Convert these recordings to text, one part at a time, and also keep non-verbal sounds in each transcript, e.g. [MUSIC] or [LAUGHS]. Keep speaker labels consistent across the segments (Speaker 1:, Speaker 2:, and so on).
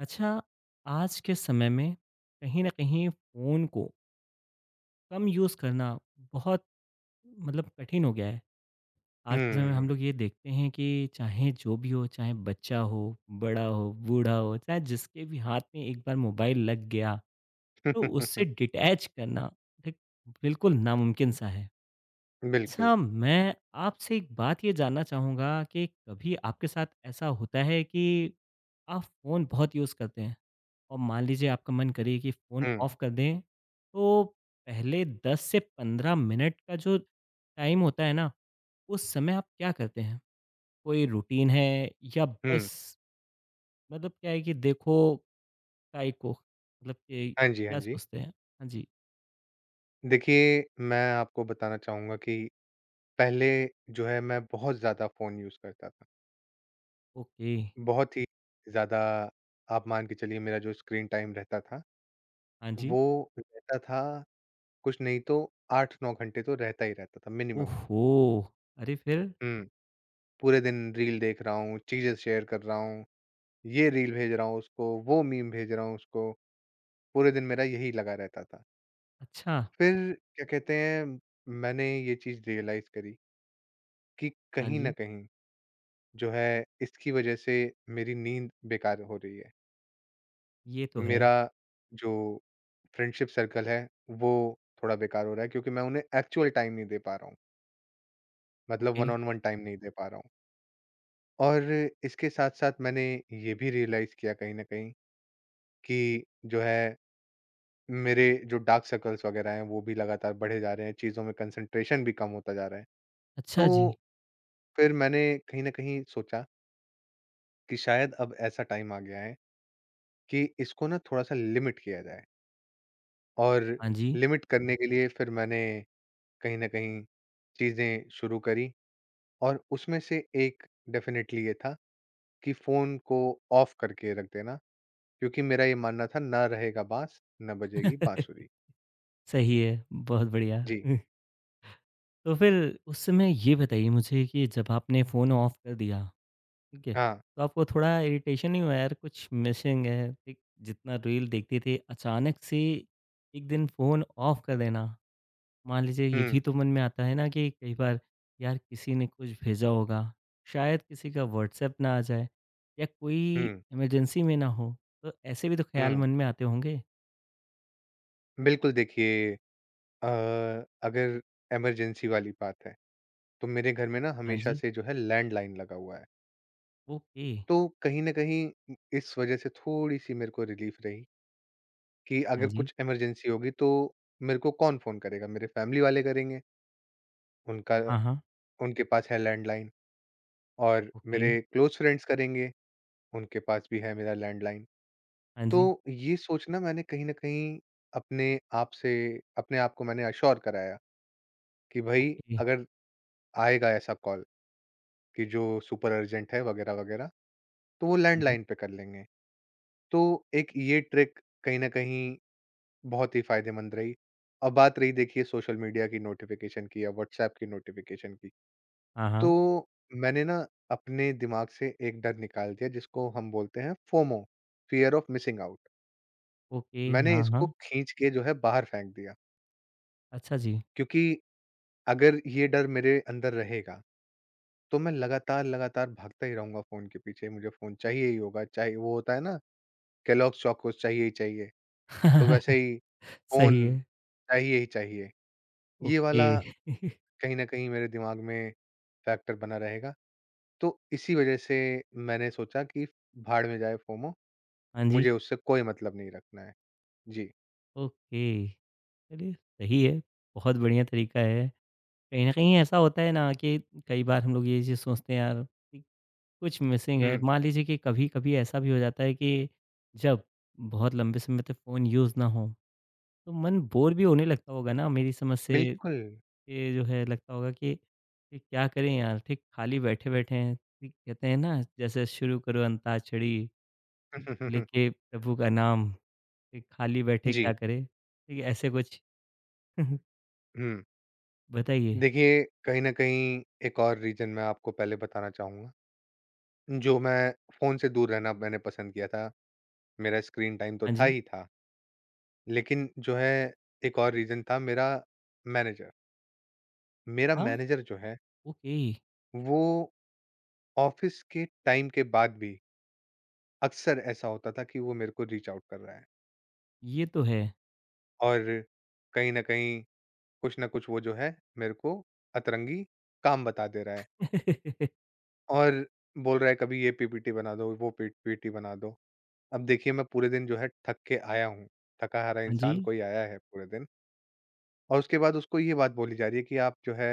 Speaker 1: अच्छा, आज के समय में कहीं न कहीं फ़ोन को कम यूज़ करना बहुत कठिन हो गया है। आज के समय में
Speaker 2: हुँ।
Speaker 1: हम लोग ये देखते हैं कि चाहे जो भी हो, चाहे बच्चा हो, बड़ा हो, बूढ़ा हो, चाहे जिसके भी हाथ में एक बार मोबाइल लग गया, तो उससे
Speaker 2: [LAUGHS]
Speaker 1: डिटैच करना एक बिल्कुल नामुमकिन सा है।
Speaker 2: बिल्कुल।
Speaker 1: अच्छा, मैं आपसे एक बात ये जानना चाहूँगा कि कभी आपके साथ ऐसा होता है कि आप फ़ोन बहुत यूज़ करते हैं और मान लीजिए आपका मन करे कि फ़ोन
Speaker 2: हुँ,
Speaker 1: ऑफ़ कर दें, तो पहले 10 से 15 मिनट का जो टाइम होता है ना, उस समय आप क्या करते हैं? कोई रूटीन है या
Speaker 2: हुँ।
Speaker 1: बस क्या है कि देखो काय को, मतलब कि
Speaker 2: हाँ जी, हाँ
Speaker 1: क्या
Speaker 2: जी।
Speaker 1: सोचते हैं? हाँ जी,
Speaker 2: देखिए, मैं आपको बताना चाहूँगा कि पहले जो है मैं बहुत ज़्यादा फ़ोन यूज़ करता था।
Speaker 1: ओके,
Speaker 2: बहुत ही ज़्यादा आप मान के चलिए मेरा जो स्क्रीन टाइम रहता था,
Speaker 1: हाँ जी।
Speaker 2: वो रहता था कुछ नहीं तो 8-9 घंटे तो रहता ही रहता था मिनिमम।
Speaker 1: ओहो! अरे फिर?
Speaker 2: हुँ। पूरे दिन रील देख रहा हूँ, चीज़ें शेयर कर रहा हूँ, ये रील भेज रहा हूँ उसको, वो मीम भेज रहा हूँ उसको, पूरे दिन मेरा यही लगा रहता था।
Speaker 1: अच्छा,
Speaker 2: फिर क्या कहते हैं, मैंने ये चीज़ रियलाइज़ करी कि
Speaker 1: हाँ
Speaker 2: कहीं न
Speaker 1: जी।
Speaker 2: कहीं जो है इसकी वज़ह से मेरी नींद बेकार हो रही है।
Speaker 1: ये तो है।
Speaker 2: मेरा जो फ्रेंडशिप सर्कल है वो थोड़ा बेकार हो रहा है क्योंकि मैं उन्हें एक्चुअल टाइम नहीं दे पा रहा हूँ। मतलब
Speaker 1: okay.
Speaker 2: One on one time नहीं दे पा रहा हूँ। और इसके साथ-साथ मैंने ये भी रियलाइज़ किया कहीं न कहीं कि जो है मेरे जो डार्क सर्कल्स वग़ैरह हैं वो भी लगातार बढ़े जा रहे हैं, चीज़ों में कंसंट्रेशन भी कम होता जा रहा है।
Speaker 1: अच्छा जी।
Speaker 2: तो फिर मैंने कहीं न कहीं सोचा कि शायद अब ऐसा टाइम आ गया है कि इसको ना थोड़ा-सा लिमिट किया जाए और
Speaker 1: हाँ जी।
Speaker 2: लिमिट करने के लिए फिर मैंने कहीं न कहीं चीज़ें शुरू करी और उसमें से एक डेफ़िनेटली ये था कि फ़ोन को ऑफ करके रख देना क्योंकि मेरा ये मानना था ना रहेगा बाँस, ना बजेगी
Speaker 1: [LAUGHS]
Speaker 2: बाँसुरी।
Speaker 1: सही है, बहुत बढ़िया।
Speaker 2: जी।
Speaker 1: [LAUGHS] तो फिर उस समय ये बताइए मुझे कि जब आपने फ़ोन ऑफ कर दिया, ठीक है?
Speaker 2: हाँ।
Speaker 1: तो आपको थोड़ा इरिटेशन नहीं हुआ यार कुछ मिसिंग है, ठीक? जितना रील देखते थे अचानक से एक दिन फ़ोन ऑफ कर देना, मान लीजिए ये भी
Speaker 2: हुँ,
Speaker 1: तो मन में आता है ना कि कई बार यार किसी ने कुछ भेजा होगा, शायद किसी का व्हाट्सएप ना आ जाए या कोई
Speaker 2: हुँ,
Speaker 1: इमरजेंसी में ना हो, तो ऐसे भी तो ख़्याल
Speaker 2: हुँ।
Speaker 1: मन में आते होंगे?
Speaker 2: बिल्कुल देखिए अ, अगर इमरजेंसी वाली बात है, तो मेरे घर में ना
Speaker 1: हाँ
Speaker 2: हमेशा
Speaker 1: जी,
Speaker 2: से जो है लैंडलाइन लगा हुआ है।
Speaker 1: ओके,
Speaker 2: तो कहीं न कहीं इ इस वज़ह से थोड़ी-सी मेरे को रिलीफ़ रही कि
Speaker 1: हाँ
Speaker 2: अगर
Speaker 1: जी,
Speaker 2: कुछ इमरजेंसी होगी तो मेरे को कौन फ़ोन करेगा? मेरे फ़ैमिली वाले करेंगे, उनका
Speaker 1: हाँ, हाँ,
Speaker 2: उनके पास है लैंडलाइन और
Speaker 1: ओके,
Speaker 2: मेरे क्लोज़ फ्रेंड्स करेंगे, उनके पास भी है मेरा लैंडलाइन।
Speaker 1: हाँ
Speaker 2: तो
Speaker 1: जी,
Speaker 2: ये सोचना मैंने कहीं न कहीं अपने आप से अपने आप को मैंने एश्योर कराया कि भई
Speaker 1: ओके,
Speaker 2: अगर आएगा ऐसा कॉल कि जो सुपर अर्जेंट है वग़ैरह-वग़ैरह, तो वो
Speaker 1: हाँ जी,
Speaker 2: लैंडलाइन पे कर लेंगे। तो एक ये ट्रिक कहीं न कहीं बहुत ही फ़ायदेमंद रही। अब बात रही देखिए सोशल मीडिया की नोटिफ़िकेशन की या व्हाट्सऐप की नोटिफ़िकेशन की,
Speaker 1: हाँ, हाँ,
Speaker 2: तो मैंने ना अपने दिमाग से एक डर निकाल दिया जिसको हम बोलते हैं FOMO, fear of missing out.
Speaker 1: Okay,
Speaker 2: मैंने
Speaker 1: हाँ, हाँ,
Speaker 2: इसको खींच के जो है बाहर फेंक दिया,
Speaker 1: अच्छा जी,
Speaker 2: क्योंकि अगर ये डर मेरे अंदर रहेगा, तो मैं लगातार-लगातार भागता ही रहूँगा फ़ोन के पीछे, मुझे फ़ोन चाहिए ही होगा, चाहे वो होता है ना केलॉग्स चोकोस चाहिए ही चाहिए। तो वैसे
Speaker 1: [LAUGHS]
Speaker 2: ही
Speaker 1: सही
Speaker 2: फ़ोन
Speaker 1: है,
Speaker 2: चाहिए ही चाहिए। ये
Speaker 1: ओके,
Speaker 2: वाला
Speaker 1: [LAUGHS]
Speaker 2: कहीं न कहीं मेरे दिमाग में फैक्टर बना रहेगा। तो इसी वजह से मैंने सोचा कि भाड़ में जाए फोमो,
Speaker 1: हाँ जी,
Speaker 2: मुझे उससे कोई मतलब नहीं रखना है। जी।
Speaker 1: ओके, चलिए सही है, बहुत बढ़िया तरीका है। कहीं न कहीं ऐसा होता है ना कि कई बार हम लोग ये चीज़ सोचते हैं यार कि कुछ मिसिंग है,
Speaker 2: हुँ,
Speaker 1: मान लीजिए कि कभी-कभी ऐसा भी हो जाता है कि जब बहुत लंबे समय तक फ़ोन यूज़ ना हो, तो मन बोर भी होने लगता होगा ना मेरी समझ से
Speaker 2: बिल्कुल।
Speaker 1: ये जो है लगता होगा कि ये क्या करें यार, ठीक खाली बैठे-बैठे हैं, ठीक कहते हैं ना जैसे शुरू करो अंताक्षरी, ठीक
Speaker 2: [LAUGHS]
Speaker 1: लेके प्रभु का नाम, ठीक खाली बैठे क्या
Speaker 2: जी,
Speaker 1: करें, ठीक ऐसे कुछ [LAUGHS]
Speaker 2: हुँ।
Speaker 1: बताइए?
Speaker 2: देखिए, कहीं न कहीं एक और रीज़न मैं आपको पहले बताना चाहूँगा, जो मैं फ़ोन से दूर रहना मैंने पसंद किया था, मेरा स्क्रीन टाइम तो
Speaker 1: हाँ
Speaker 2: था
Speaker 1: जी,
Speaker 2: ही था। लेकिन जो है एक और रीज़न था मेरा मैनेजर। मेरा
Speaker 1: हाँ,
Speaker 2: मैनेजर जो है,
Speaker 1: ओके
Speaker 2: वो ऑफ़िस के टाइम के बाद भी अक्सर ऐसा होता था कि वो मेरे को रीच आउट कर रहा है
Speaker 1: ये तो है।
Speaker 2: और कहीं न कहीं कुछ ना कुछ वो जो है मेरे को अतरंगी काम बता दे रहा है
Speaker 1: [LAUGHS]
Speaker 2: और बोल रहा है कभी ये पीपीटी बना दो, वो पी पीपीटी बना दो। अब देखिए मैं पूरे दिन जो है थक के आया हूँ, थका-हारा
Speaker 1: हाँ जी,
Speaker 2: इंसान कोई आया है पूरे दिन और उसके बाद उसको ये बात बोली जा रही है कि आप जो है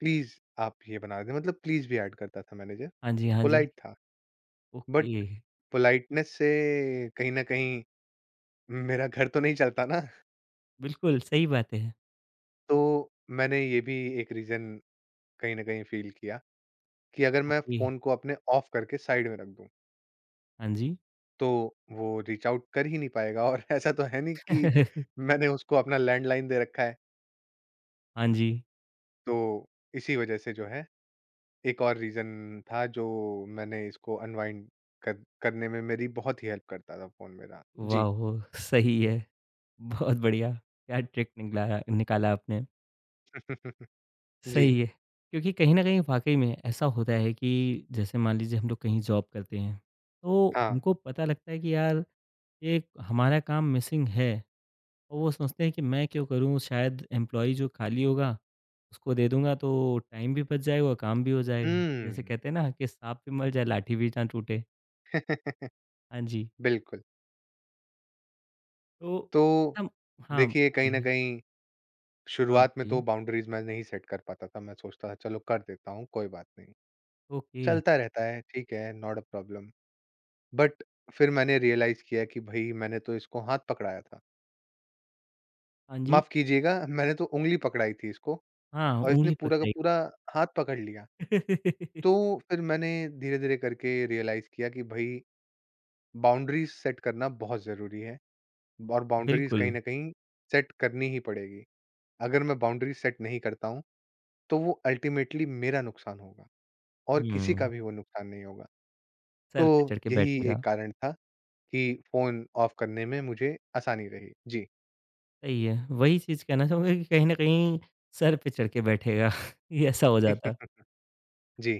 Speaker 2: प्लीज़ आप ये बना दें मतलब प्लीज़ भी ऐड करता था मैनेजर,
Speaker 1: हाँ जी, हाँ जी,
Speaker 2: पोलाइट था बट
Speaker 1: ओके
Speaker 2: पोलाइटनेस से कहीं न कहीं मेरा घर तो नहीं चलता ना।
Speaker 1: बिल्कुल सही बात है।
Speaker 2: तो मैंने ये भी एक रीज़न कहीं न कहीं फ़ील किया कि अगर मैं
Speaker 1: ओके,
Speaker 2: फ़ोन को अपने ऑफ करके साइड में रख दूँ,
Speaker 1: हाँ जी,
Speaker 2: तो वो रीच आउट कर ही नहीं पाएगा और [LAUGHS] ऐसा तो है नहीं कि
Speaker 1: [LAUGHS]
Speaker 2: मैंने उसको अपना लैंडलाइन दे रखा है।
Speaker 1: हाँ जी,
Speaker 2: तो इसी वज़ह से जो है एक और रीज़न था जो मैंने इसको अनवाइंड कर करने में मेरी बहुत ही हेल्प करता था फ़ोन मेरा। जी।
Speaker 1: वाह! सही है। बहुत बढ़िया, क्या ट्रिक निकला निकाला आपने।
Speaker 2: [LAUGHS] जी,
Speaker 1: सही है। क्योंकि कहीं न कहीं वाक़ई में ऐसा होता है कि जैसे मान लीजिए हम लोग कहीं जॉब करते हैं, तो
Speaker 2: हाँ।
Speaker 1: उनको पता लगता है कि यार ये हमारा काम मिसिंग है और वो सोचते हैं कि मैं क्यों करूँ? शायद एम्प्लॉयी जो खाली होगा, उसको दे दूँगा तो टाइम भी बच जाएगा और काम भी हो जाएगा। जैसे
Speaker 2: हुँ,
Speaker 1: कहते हैं ना कि साँप भी मर जाए लाठी भी ना टूटे। हाँ जी,
Speaker 2: बिल्कुल।
Speaker 1: तो
Speaker 2: तो
Speaker 1: हम हाँ,
Speaker 2: देखिए कहीं न
Speaker 1: बताइए।
Speaker 2: कहीं
Speaker 1: हाँ,
Speaker 2: शुरुआत में तो
Speaker 1: बताइए।
Speaker 2: बाउंड्रीज़ मैं नहीं सेट कर पाता था, मैं सोचता था चलो कर देता हूँ, कोई बात नहीं।
Speaker 1: ओके।
Speaker 2: चलता रहता है, ठीक है, नॉट अ प्रॉब्लम। बट फिर मैंने रियलाइज़ किया कि भई मैंने तो इसको हाथ पकड़ाया था।
Speaker 1: हाँ जी।
Speaker 2: माफ़ कीजिएगा मैंने तो उँगली पकड़ाई थी इसको
Speaker 1: हाँ,
Speaker 2: और इसने
Speaker 1: ऊँगली
Speaker 2: पूरा का
Speaker 1: पकड़ाई।
Speaker 2: पूरा हाथ पकड़ लिया। तो
Speaker 1: [LAUGHS]
Speaker 2: फिर मैंने धीरे-धीरे करके रियलाइज़ किया कि भई बाउंड्रीज़ सेट करना बहुत ज़रूरी है और बाउंड्रीज़
Speaker 1: बिल्कुल।
Speaker 2: कहीं न कहीं सेट करनी ही पड़ेगी। अगर मैं बाउंड्रीज़ सेट नहीं करता हूँ, तो वो अल्टीमेटली मेरा नुकसान होगा। और किसी का
Speaker 1: हुँ।
Speaker 2: भी वो नुकसान नहीं होगा।
Speaker 1: सर पे
Speaker 2: तो
Speaker 1: चढ़ के
Speaker 2: यही एक
Speaker 1: बैठेगा।
Speaker 2: कारण था कि फ़ोन ऑफ करने में मुझे आसानी रही। जी।
Speaker 1: सही है, वही चीज़ कहना चाहूँगा कि कहीं न कहीं सर पे चढ़ के बैठेगा, [LAUGHS] ये ऐसा हो जाता।
Speaker 2: [LAUGHS] जी,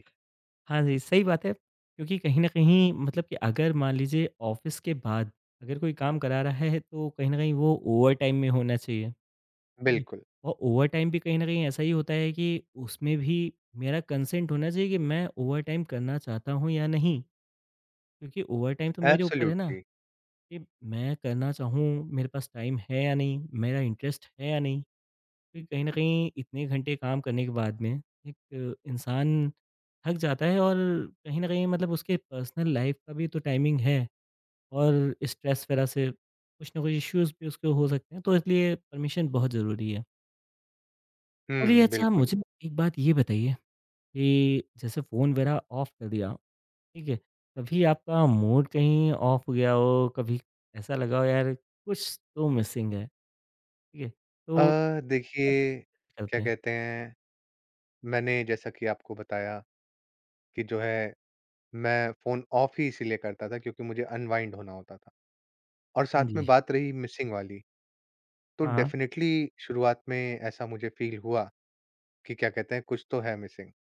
Speaker 1: हाँ जी, सही बात है, क्योंकि कहीं न कहीं मतलब कि अगर मान लीजिए ऑफ़िस के बाद अगर कोई काम करा रहा है तो कहीं न कहीं वो ओवरटाइम में होना चाहिए, ठीक है?
Speaker 2: बिल्कुल।
Speaker 1: और ओवरटाइम भी कहीं न कहीं ऐसा ही होता है कि उसमें भी मेरा कंसेंट होना चाहिए कि मैं ओवरटाइम करना चाहता हूँ या नहीं, क्योंकि ओवरटाइम तो मेरे ऊपर है ना
Speaker 2: एब्सोल्यूटली।
Speaker 1: कि मैं करना चाहूँ, मेरे पास टाइम है या नहीं, मेरा इंटरेस्ट है या नहीं। फिर कहीं न कहीं इतने घंटे काम करने के बाद में एक इंसान थक जाता है और कहीं न कहीं उसके पर्सनल लाइफ़ का भी तो टाइमिंग है और स्ट्रेस वगैरह से कुछ ना कुछ इश्यूज़ भी उसके हो सकते हैं, तो इसलिए परमिशन बहुत ज़रूरी है। चलिए
Speaker 2: हुँ,
Speaker 1: अच्छा
Speaker 2: बिल्कुल।
Speaker 1: मुझे एक बात ये बताइए कि जैसे फ़ोन वगैरह ऑफ कर दिया, ठीक है? कभी आपका मूड कहीं ऑफ हो गया हो, कभी ऐसा लगा हो यार कुछ तो मिसिंग है, ठीक है?
Speaker 2: अ,
Speaker 1: तो
Speaker 2: देखिए क्या
Speaker 1: करते हैं।
Speaker 2: कहते हैं, मैंने जैसा कि आपको बताया कि जो है मैं फ़ोन ऑफ ही इसीलिए करता था क्योंकि मुझे अनवाइंड होना होता था। और
Speaker 1: हाँ
Speaker 2: साथ में
Speaker 1: जी।
Speaker 2: बात रही मिसिंग वाली, तो
Speaker 1: हाँ, हाँ।
Speaker 2: डेफ़िनिटली शुरुआत में ऐसा मुझे फ़ील हुआ कि क्या कहते हैं कुछ तो है मिसिंग।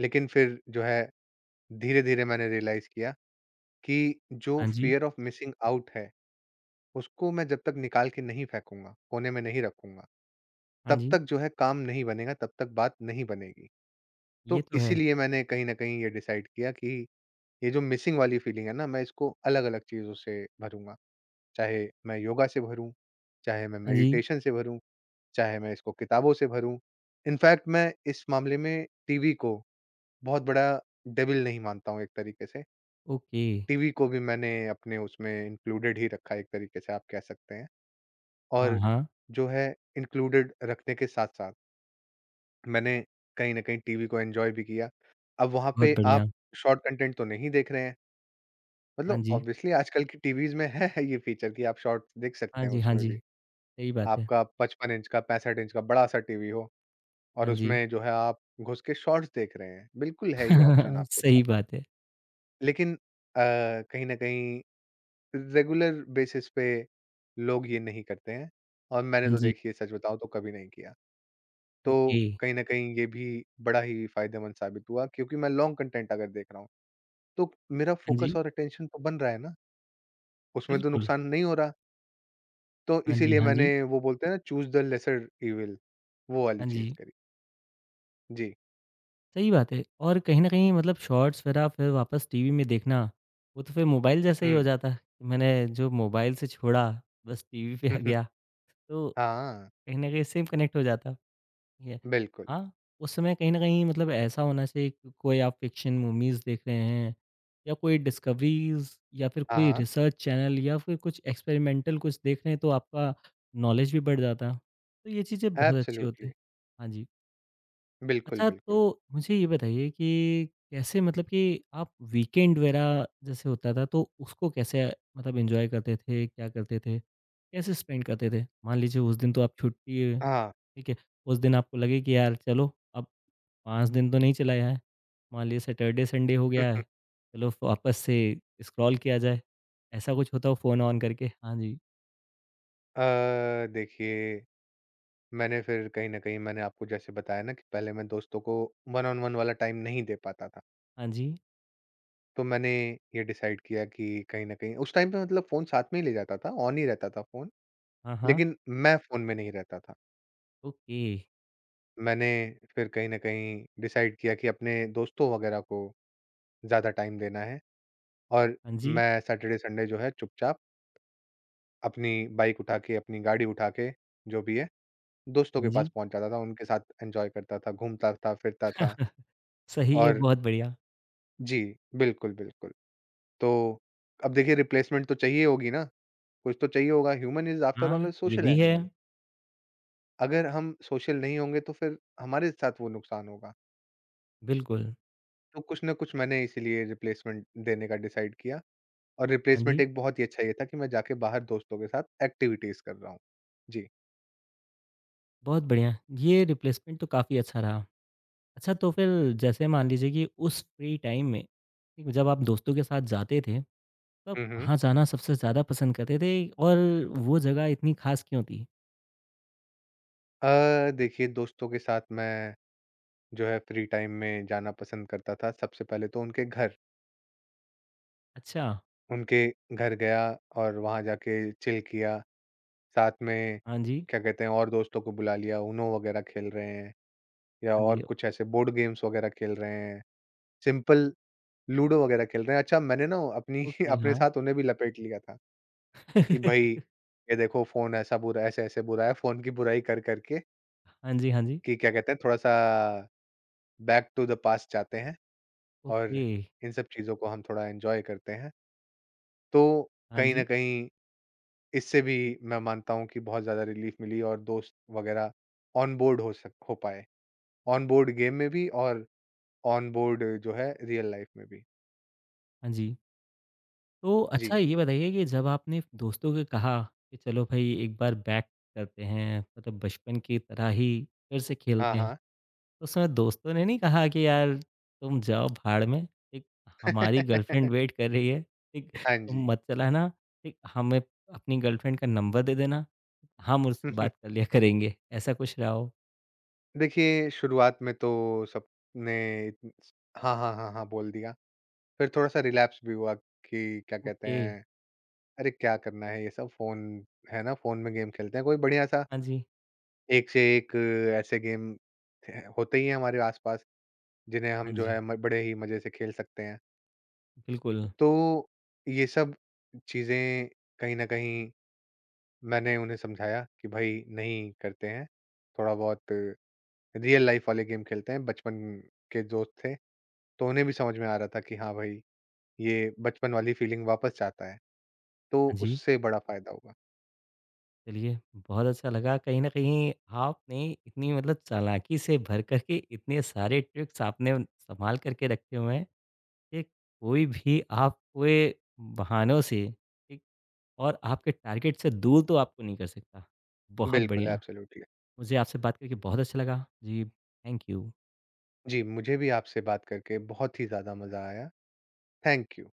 Speaker 2: लेकिन फिर जो है धीरे-धीरे मैंने रियलाइज़ किया कि जो
Speaker 1: हाँ जी।
Speaker 2: फ़ियर ऑफ मिसिंग आउट है, उसको मैं जब तक निकाल के नहीं फेंकूँगा, कोने में नहीं रखूँगा,
Speaker 1: हाँ
Speaker 2: तब
Speaker 1: जी,
Speaker 2: तक जो है काम नहीं बनेगा, तब तक बात नहीं बनेगी।
Speaker 1: ये
Speaker 2: तो
Speaker 1: तो है।
Speaker 2: इसीलिए मैंने कहीं न कहीं ये डिसाइड किया कि ये जो मिसिंग वाली फ़ीलिंग है ना, मैं इसको अलग-अलग चीज़ों से भरूँगा। चाहे मैं योगा से भरूँ, चाहे मैं
Speaker 1: हाँ जी,
Speaker 2: मेडिटेशन से भरूँ, चाहे मैं इसको किताबों से भरूँ। इनफैक्ट मैं इस मामले में टीवी को बहुत बड़ा डेविल नहीं मानता हूँ एक तरीके से।
Speaker 1: ओके।
Speaker 2: टीवी को भी मैंने अपने उसमें इंक्लूडेड ही रखा है एक तरीके से आप कह सकते हैं।
Speaker 1: हाँ,
Speaker 2: और
Speaker 1: हाँ,
Speaker 2: जो है इंक्लूडेड रखने के साथ-साथ मैंने कहीं न कहीं टीवी को एन्जॉय भी किया। अब वहाँ
Speaker 1: बहुत
Speaker 2: पे
Speaker 1: बढ़िया।
Speaker 2: आप शॉर्ट कंटेंट तो नहीं देख रहे हैं,
Speaker 1: हाँ
Speaker 2: मतलब
Speaker 1: जी,
Speaker 2: ऑब्वियसली आजकल की टीवीज़ में है [LAUGHS] ये फीचर कि आप शॉर्ट्स देख
Speaker 1: हाँ
Speaker 2: सकते हैं
Speaker 1: जी, हाँ
Speaker 2: उसमें
Speaker 1: जी,
Speaker 2: भी।
Speaker 1: सही बात है।
Speaker 2: आपका 55 इंच का, 65 इंच का बड़ा-सा टीवी हो
Speaker 1: हाँ
Speaker 2: और
Speaker 1: जी,
Speaker 2: उसमें जो है आप घुस के शॉर्ट्स देख रहे हैं। बिल्कुल है ये ऑप्शन
Speaker 1: [LAUGHS]
Speaker 2: आपके
Speaker 1: सही
Speaker 2: पास।
Speaker 1: बात है।
Speaker 2: लेकिन कहीं न कहीं रेगुलर बेसिस पे लोग ये नहीं करते हैं और मैंने
Speaker 1: हाँ
Speaker 2: तो
Speaker 1: जी,
Speaker 2: देखिए सच बताऊँ तो कभी नहीं किया। तो
Speaker 1: ओके।
Speaker 2: कहीं न कहीं ये भी बड़ा ही फ़ायदेमंद साबित हुआ क्योंकि मैं लॉन्ग कंटेंट अगर देख रहा हूँ, तो मेरा
Speaker 1: हाँ जी,
Speaker 2: फ़ोकस और अटेंशन तो बन रहा है ना, उसमें तो
Speaker 1: बिल्कुल।
Speaker 2: नुकसान नहीं हो रहा। तो
Speaker 1: हाँ जी,
Speaker 2: इसीलिए
Speaker 1: हाँ
Speaker 2: मैंने
Speaker 1: जी,
Speaker 2: वो बोलते हैं ना चूज़ द लेसर इविल वो वाली
Speaker 1: हाँ
Speaker 2: चीज़
Speaker 1: जी,
Speaker 2: करी। जी।
Speaker 1: सही बात है और कहीं न कहीं शॉर्ट्स वगैरह फिर वापस टीवी में देखना, वो तो फिर मोबाइल जैसा ही हो
Speaker 2: हुँ।
Speaker 1: जाता है। मैंने जो मोबाइल से छोड़ा, बस टीवी पे आ गया,
Speaker 2: [LAUGHS]
Speaker 1: तो
Speaker 2: हाँ,
Speaker 1: कहीं न कहीं सेम कनेक्ट हो जाता। ठीक है।
Speaker 2: बिल्कुल।
Speaker 1: हाँ, उस समय कहीं न कहीं ऐसा होना चाहिए कि कोई आप फ़िक्शन मूवीज़ देख रहे हैं या कोई डिस्कवरीज़ या फिर
Speaker 2: हाँ,
Speaker 1: कोई
Speaker 2: हाँ।
Speaker 1: रिसर्च चैनल या फिर कुछ एक्सपेरिमेंटल कुछ देख रहे हैं, तो आपका नॉलेज भी बढ़ जाता। है। तो ये चीज़ें बहुत अच्छी होती।
Speaker 2: एब्सोल्युटली।
Speaker 1: हैं। हाँ जी।
Speaker 2: बिल्कुल,
Speaker 1: अच्छा,
Speaker 2: बिल्कुल।
Speaker 1: तो मुझे ये बताइए कि कैसे मतलब कि आप वीकेंड वगैरह जैसे होता था तो उसको कैसे एन्जॉय करते थे? क्या करते थे? कैसे स्पेंड करते थे? मान लीजिए उस दिन तो आप छुट्टी है,
Speaker 2: हाँ।
Speaker 1: ठीक है? उस दिन आपको लगे कि यार चलो अब 5 दिन तो नहीं चलाया है। मान लीजिए सैटरडे, संडे हो गया है,
Speaker 2: [LAUGHS]
Speaker 1: चलो वापस से स्क्रॉल किया जाए। ऐसा कुछ होता हो फ़ोन ऑन करके? हाँ जी,
Speaker 2: देखिए मैंने फिर कहीं न कहीं मैंने आपको जैसे बताया ना कि पहले मैं दोस्तों को वन ऑन वन वाला टाइम नहीं दे पाता था।
Speaker 1: हाँ जी,
Speaker 2: तो मैंने ये डिसाइड किया कि कहीं न कहीं उस टाइम पे मतलब फ़ोन साथ में ही ले जाता था, ऑन ही रहता था फ़ोन,
Speaker 1: हाँ, हाँ,
Speaker 2: लेकिन मैं फ़ोन में नहीं रहता था।
Speaker 1: ओके,
Speaker 2: मैंने फिर कहीं न कहीं डिसाइड किया कि अपने दोस्तों वगैरह को ज़्यादा टाइम देना है और
Speaker 1: हाँ जी,
Speaker 2: मैं सैटरडे, संडे जो है चुपचाप अपनी बाइक उठा के, अपनी गाड़ी उठा के, जो भी है, दोस्तों के
Speaker 1: हाँ
Speaker 2: पास
Speaker 1: जी।
Speaker 2: पहुँच जाता था, उनके साथ एन्जॉय करता था, घूमता था, फिरता था
Speaker 1: [LAUGHS] सही है,
Speaker 2: और
Speaker 1: बहुत बढ़िया।
Speaker 2: जी, बिल्कुल, बिल्कुल। तो अब देखिए रिप्लेसमेंट तो चाहिए होगी ना, कुछ तो चाहिए होगा, ह्यूमन इज़ आफ्टर
Speaker 1: हाँ,
Speaker 2: ऑल अ
Speaker 1: ये
Speaker 2: सोशल
Speaker 1: भी है।
Speaker 2: एनिमल। अगर हम सोशल नहीं होंगे तो फिर हमारे साथ वो नुकसान होगा।
Speaker 1: बिल्कुल,
Speaker 2: तो कुछ ना कुछ मैंने इसीलिए रिप्लेसमेंट देने का डिसाइड किया और
Speaker 1: हाँ
Speaker 2: रिप्लेसमेंट
Speaker 1: जी,
Speaker 2: एक बहुत ही अच्छा ये था कि मैं जाके बाहर दोस्तों के साथ एक्टिविटीज़ कर रहा हूँ। जी।
Speaker 1: बहुत बढ़िया। ये रिप्लेसमेंट तो काफ़ी अच्छा रहा। अच्छा तो फिर जैसे मान लीजिए कि उस फ्री टाइम में, ठीक, जब आप दोस्तों के साथ जाते थे, तो आप
Speaker 2: हुँ, हुँ।
Speaker 1: कहाँ जाना सबसे ज़्यादा पसंद करते थे और वो जगह इतनी ख़ास क्यों थी?
Speaker 2: देखिए दोस्तों के साथ मैं जो है फ्री टाइम में जाना पसंद करता था, सबसे पहले तो उनके घर।
Speaker 1: अच्छा,
Speaker 2: उनके घर गया और वहाँ जाके चिल किया। साथ में
Speaker 1: हाँ जी,
Speaker 2: क्या कहते हैं और दोस्तों को बुला लिया, उनो वगैरह खेल रहे हैं या
Speaker 1: हाँ
Speaker 2: और
Speaker 1: जी,
Speaker 2: कुछ ऐसे बोर्ड गेम्स वगैरह खेल रहे हैं, सिंपल लूडो वगैरह खेल रहे हैं। अच्छा मैंने ना अपनी [LAUGHS]
Speaker 1: ओके,
Speaker 2: अपने
Speaker 1: हाँ।
Speaker 2: साथ उन्हें भी लपेट लिया था कि भाई
Speaker 1: [LAUGHS]
Speaker 2: ये देखो फ़ोन ऐसा बुरा ऐसे-ऐसे बुरा है, फ़ोन की बुराई कर कर के
Speaker 1: हाँ जी, हाँ जी,
Speaker 2: कि क्या कहते हैं थोड़ा-सा बैक टू द पास्ट जाते हैं और
Speaker 1: ओके,
Speaker 2: इन सब चीज़ों को हम थोड़ा एन्जॉय करते हैं। तो
Speaker 1: हाँ
Speaker 2: कहीं न
Speaker 1: जी,
Speaker 2: कहीं इससे भी मैं मानता हूँ कि बहुत ज़्यादा रिलीफ़ मिली और दोस्त वगैरह ऑन बोर्ड हो पाए। ऑन बोर्ड गेम में भी और ऑन बोर्ड जो है रियल लाइफ में भी।
Speaker 1: हाँ जी। तो अच्छा
Speaker 2: जी।
Speaker 1: ये बताइए कि जब आपने दोस्तों को कहा कि चलो भाई एक बार बैक करते हैं बचपन की तरह ही फिर से
Speaker 2: हाँ,
Speaker 1: खेलते हैं
Speaker 2: हाँ।
Speaker 1: तो उसमें दोस्तों ने नहीं कहा कि यार तुम जाओ भाड़ में एक हमारी गर्लफ्रेंड वेट
Speaker 2: [LAUGHS]
Speaker 1: कर रही है ठीक
Speaker 2: हाँ
Speaker 1: तुम
Speaker 2: जी।
Speaker 1: मत चलाना ठीक हमें अपनी गर्लफ्रेंड का नंबर दे देना हम
Speaker 2: [LAUGHS] हुँ,
Speaker 1: उससे
Speaker 2: हुँ।
Speaker 1: बात कर लिया करेंगे ऐसा कुछ रहा हो
Speaker 2: देखिए शुरुआत में तो सबने इतन- हाँ, हाँ, हाँ, हाँ बोल दिया। फिर थोड़ा-सा रिलैप्स भी हुआ कि क्या कहते
Speaker 1: ओके
Speaker 2: हैं, अरे क्या करना है ये सब फ़ोन है ना, फ़ोन में गेम खेलते हैं। कोई बढ़िया-सा
Speaker 1: हाँ जी
Speaker 2: एक से एक ऐसे गेम ह होते ही हैं हमारे आस-पास जिन्हें
Speaker 1: हाँ
Speaker 2: हम जो
Speaker 1: जी
Speaker 2: है म बड़े ही मज़े से खेल सकते हैं।
Speaker 1: बिल्कुल
Speaker 2: तो ये सब चीज़ें कहीं न कहीं मैंने उन्हें समझाया कि भाई नहीं करते हैं, थोड़ा बहुत रियल लाइफ वाले गेम खेलते हैं, बचपन के दोस्त थे, तो उन्हें भी समझ में आ रहा था कि हाँ भाई, ये बचपन वाली फीलिंग वापस चाहता है, तो
Speaker 1: हाँ जी
Speaker 2: उससे बड़ा फ़ायदा होगा।
Speaker 1: चलिए, बहुत अच्छा लगा। कहीं न कहीं आपने इतनी चालाकी से भर कर के इतने सारे ट्रिक्स आपने सँभाल करके रखे हुए हैं, कि कोई भी आपको ये बहानों से ठीक और आपके टारगेट से दूर तो आपको नहीं कर सकता। बहुत
Speaker 2: बिल्कुल,
Speaker 1: बढ़िया,
Speaker 2: एब्सोल्यूटली।
Speaker 1: मुझे आपसे बात करके बहुत अच्छा लगा। जी, थैंक यू।
Speaker 2: जी, मुझे भी आपसे बात करके बहुत ही ज़्यादा मज़ा आया। Thank you.